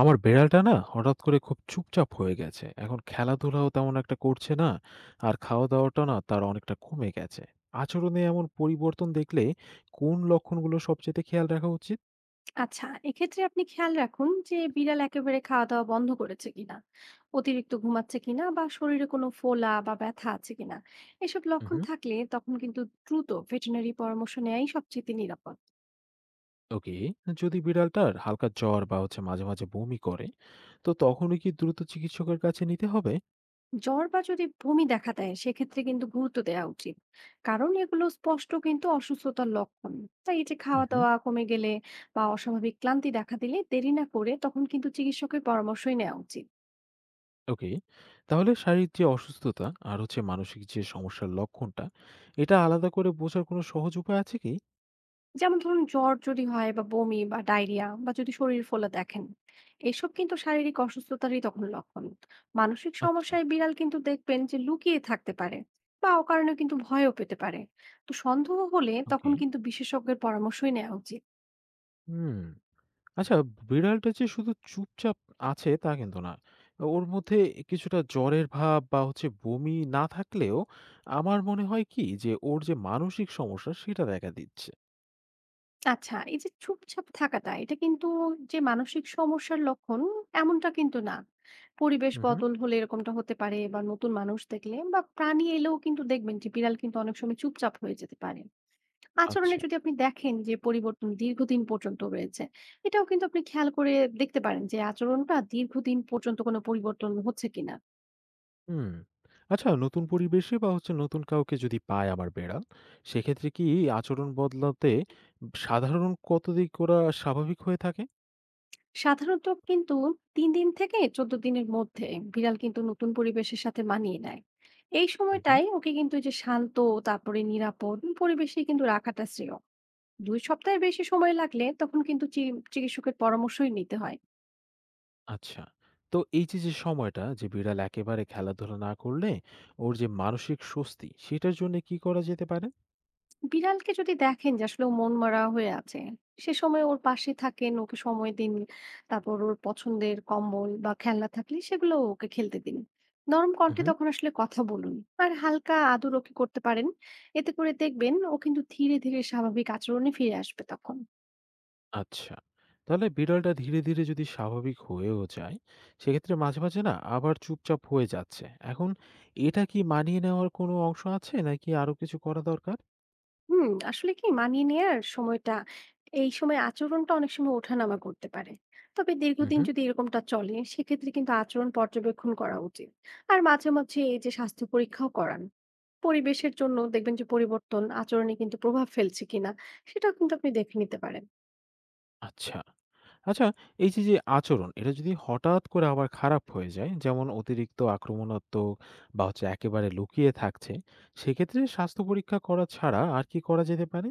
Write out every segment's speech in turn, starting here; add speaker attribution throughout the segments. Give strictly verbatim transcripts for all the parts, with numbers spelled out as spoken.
Speaker 1: আমার বেড়ালটা না হঠাৎ করে খুব চুপচাপ হয়ে গেছে। এখন খেলাধুলাও তেমন একটা করছে না। আর খাওয়া-দাওয়াটা না তার অনেকটা কমে গেছে। আচরণে এমন পরিবর্তন দেখলে কোন লক্ষণগুলো সবচাইতে খেয়াল রাখা উচিত?
Speaker 2: আচ্ছা, এক্ষেত্রে আপনি খেয়াল রাখুন যে বিড়াল একেবারে খাওয়া দাওয়া বন্ধ করেছে কিনা, অতিরিক্ত ঘুমাচ্ছে কিনা, বা শরীরে কোনো ফোলা বা ব্যথা আছে কিনা। এসব লক্ষণ
Speaker 1: হুম।
Speaker 2: থাকলে তখন কিন্তু দ্রুত ভেটেরিনারি পরামর্শ নেওয়াই সবচেয়ে নিরাপদ।
Speaker 1: ওকে, যদি বিড়ালটার হালকা জ্বর বা হচ্ছে মাঝে, মাঝে বমি করে তো তখনই কি দ্রুত চিকিৎসকের কাছে নিতে হবে?
Speaker 2: জ্বর বা যদি বমি দেখা দেয় সেক্ষেত্রে কিন্তু গুরুত্ব দেওয়া উচিত, কারণ এগুলো স্পষ্ট কিন্তু অসুস্থতার লক্ষণ। তাই এই যে খাওয়া
Speaker 1: হুম।
Speaker 2: দাওয়া কমে গেলে বা অস্বাভাবিক ক্লান্তি দেখা দিলে দেরি না করে তখন কিন্তু চিকিৎসকের পরামর্শই নেওয়া উচিত।
Speaker 1: ওকে, তাহলে শারীরিক যে অসুস্থতা আর হচ্ছে মানসিক যে সমস্যার লক্ষণটা, এটা আলাদা করে বোঝার কোনো সহজ উপায় আছে কি?
Speaker 2: যেমন ধরুন, জ্বর যদি হয় বা বমি বা ডায়রিয়া বা যদি শরীর ফোলা দেখেন, এসব কিন্তু শারীরিক অসুস্থতারই তখন লক্ষণ। মানসিক
Speaker 1: আচ্ছা,
Speaker 2: সমস্যায় বিড়াল কিন্তু দেখবেন যে লুকিয়ে থাকতে পারে বা অকারণে কিন্তু ভয়ও পেতে পারে। তো সন্দেহ হলে
Speaker 1: ওকে।
Speaker 2: তখন কিন্তু বিশেষজ্ঞের পরামর্শই নেওয়া উচিত।
Speaker 1: হুম। আচ্ছা, বিড়ালটা যে শুধু চুপচাপ আছে তা কিন্তু না। ওর মধ্যে কিছুটা জ্বরের ভাব বা হচ্ছে বমি না থাকলেও আমার মনে হয় কি যে ওর যে মানসিক সমস্যা সেটা দেখা দিচ্ছে।
Speaker 2: আচ্ছা, এই যে চুপচাপ থাকাটা, এটা কিন্তু যে মানসিক সমস্যার লক্ষণ এমনটা কিন্তু না। পরিবেশ
Speaker 1: হুম, হুম।
Speaker 2: বদল হলে এরকমটা হতে পারে, বা নতুন মানুষ দেখলে বা প্রাণী এলেও কিন্তু দেখবেন যে বিড়াল কিন্তু অনেক সময় চুপচাপ হয়ে যেতে পারে। আচরণে
Speaker 1: আচ্ছা।
Speaker 2: যদি আপনি দেখেন যে পরিবর্তন দীর্ঘদিন পর্যন্ত রয়েছে, এটাও কিন্তু আপনি খেয়াল করে দেখতে পারেন যে আচরণটা দীর্ঘদিন পর্যন্ত কোনো পরিবর্তন হচ্ছে কিনা।
Speaker 1: হুম। আচ্ছা নতুন পরিবেশে বা হচ্ছে নতুন কাউকে যদি পায় আমার বেড়াল, সেক্ষেত্রে কি আচরণ বদলাতে সাধারণ কতদিক ওরা স্বাভাবিক হয়ে থাকে?
Speaker 2: সাধারণত কিন্তু তিন দিন থেকে চৌদ্দ দিনের মধ্যে বিড়াল কিন্তু নতুন পরিবেশের সাথে মানিয়ে নেয়। এই
Speaker 1: হুম, হুম।
Speaker 2: সময়টায় ওকে কিন্তু এই যে শান্ত তারপরে নিরাপদ পরিবেশে কিন্তু রাখাটা শ্রেয়। দুই সপ্তাহের বেশি সময় লাগলে তখন কিন্তু চি চিকিৎসকের পরামর্শই নিতে হয়।
Speaker 1: আচ্ছা, তো এই যে যে সময়টা যে বিড়াল একেবারে খেলাধুলা না করলে ওর যে মানসিক স্বস্তি সেটার জন্য কি করা যেতে পারে?
Speaker 2: বিড়ালকে যদি দেখেন যে আসলে ও মনমরা হয়ে আছে, সে সময় ওর পাশে থাকেন, ওকে সময় দিন। তারপর ওর পছন্দের কম্বল বা খেলনা থাকলে সেগুলো ওকে খেলতে দিন। নরম কণ্ঠে
Speaker 1: হুম।
Speaker 2: তখন আসলে কথা বলুন আর হালকা আদর ওকে করতে পারেন। এতে করে দেখবেন ও কিন্তু ধীরে ধীরে স্বাভাবিক আচরণে ফিরে আসবে তখন।
Speaker 1: আচ্ছা, তাহলে বিড়ালটা ধীরে ধীরে যদি স্বাভাবিক হয়েও যায় সেক্ষেত্রে মাঝে মাঝে না আবার চুপচাপ হয়ে যাচ্ছে এখন, এটা কি মানিয়ে নেওয়ার কোনো অংশ আছে নাকি আরো কিছু করা দরকার?
Speaker 2: হুম, আসলে কি, মানিয়ে নেয়ার সময়টা এই সময় আচরণটা অনেক সময় ওঠানামা করতে পারে। তবে দীর্ঘদিন
Speaker 1: হুম।
Speaker 2: যদি এরকমটা চলে সেক্ষেত্রে কিন্তু আচরণ পর্যবেক্ষণ করা উচিত। আর মাঝে মাঝে এই যে স্বাস্থ্য পরীক্ষাও করান। পরিবেশের জন্য দেখবেন যে পরিবর্তন আচরণে কিন্তু প্রভাব ফেলছে কিনা, সেটাও কিন্তু আপনি দেখে নিতে পারেন।
Speaker 1: আচ্ছা। আচ্ছা, এই যে, যে, আচরণ এটা যদি হঠাৎ করে আবার খারাপ হয়ে যায়, যেমন অতিরিক্ত আক্রমণাত্মক বা হচ্ছে একেবারে লুকিয়ে থাকছে, সেক্ষেত্রে স্বাস্থ্য পরীক্ষা করা ছাড়া আর কি করা যেতে পারে?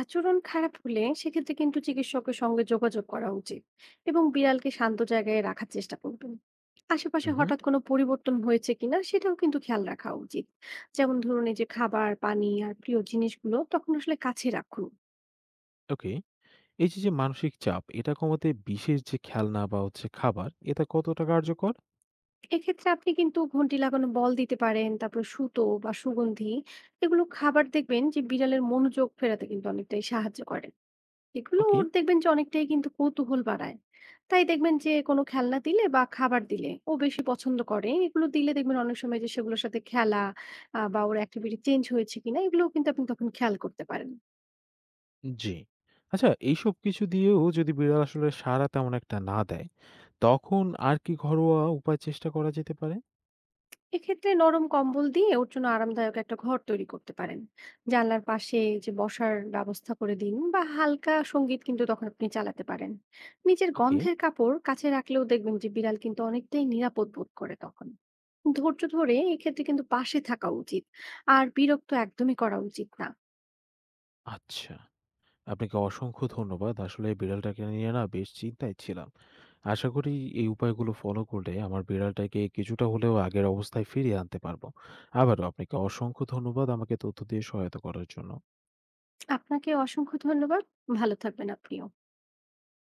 Speaker 2: আচরণ খারাপ হলে সেক্ষেত্রে কিন্তু চিকিৎসকের সঙ্গে যোগাযোগ করা উচিত এবং বিড়ালকে শান্ত জায়গায় রাখার চেষ্টা করবেন। আশেপাশে
Speaker 1: উহু।
Speaker 2: হঠাৎ কোনো পরিবর্তন হয়েছে কিনা সেটাও কিন্তু খেয়াল রাখা উচিত। যেমন ধরুন, এই যে খাবার, পানি আর প্রিয় জিনিসগুলো তখন আসলে কাছে রাখুন।
Speaker 1: ওকে। এই যে, যে, মানসিক চাপ এটা কমাতে বিশেষ যে, খেলনা বা হচ্ছে খাবার এটা কতটা কার্যকর?
Speaker 2: এক্ষেত্রে আপনি কিন্তু ঘন্টি লাগানো বল দিতে পারেন, তারপর সুতো বা সুগন্ধি এগুলো খাবার, দেখবেন যে বিড়ালের মনোযোগ ফেরাতে কিন্তু অনেকটাই সাহায্য করে। এগুলো
Speaker 1: ওকে,
Speaker 2: ওর দেখবেন যে অনেকটাই কিন্তু কৌতূহল বাড়ায়। তাই দেখবেন যে কোনো খেলনা দিলে বা খাবার দিলে ও বেশি পছন্দ করে। এগুলো দিলে দেখবেন অনেক সময় যে সেগুলোর সাথে খেলা আ বা ওর activity চেঞ্জ হয়েছে কিনা, এগুলোও কিন্তু আপনি তখন খেয়াল করতে পারেন।
Speaker 1: জি। আচ্ছা এইসব কিছু দিয়েও যদি বিড়াল আসলে সাড়া তেমন একটা না দেয়, তখন আর কি ঘরোয়া উপায় চেষ্টা করা যেতে পারে?
Speaker 2: এক্ষেত্রে নরম কম্বল দিয়ে ওর জন্য আরামদায়ক একটা ঘর তৈরি করতে পারেন। জানলার পাশে যে বসার ব্যবস্থা করে দিন বা হালকা সঙ্গীত কিন্তু তখন আপনি চালাতে পারেন। নিচের
Speaker 1: ওকে,
Speaker 2: গন্ধের কাপড় কাছে রাখলেও দেখবেন যে বিড়াল কিন্তু অনেকটাই নিরাপদ বোধ করে তখন। ধৈর্য ধরে এক্ষেত্রে কিন্তু পাশে থাকা উচিত আর বিরক্ত একদমই করা উচিত না।
Speaker 1: আচ্ছা। আপনাকে অসংখ্য ধন্যবাদ। আসলে বিড়ালটাকে নিয়ে না বেশ চিন্তায় ছিলাম। আশা করি এই উপায়গুলো ফলো করলে আমার বিড়ালটাকে কিছুটা হলেও আগের অবস্থায় ফিরিয়ে আনতে পারবো। আবারও আপনাকে অসংখ্য ধন্যবাদ আমাকে তথ্য দিয়ে সহায়তা করার জন্য।
Speaker 2: আপনাকে অসংখ্য ধন্যবাদ। ভালো থাকবেন আপনিও।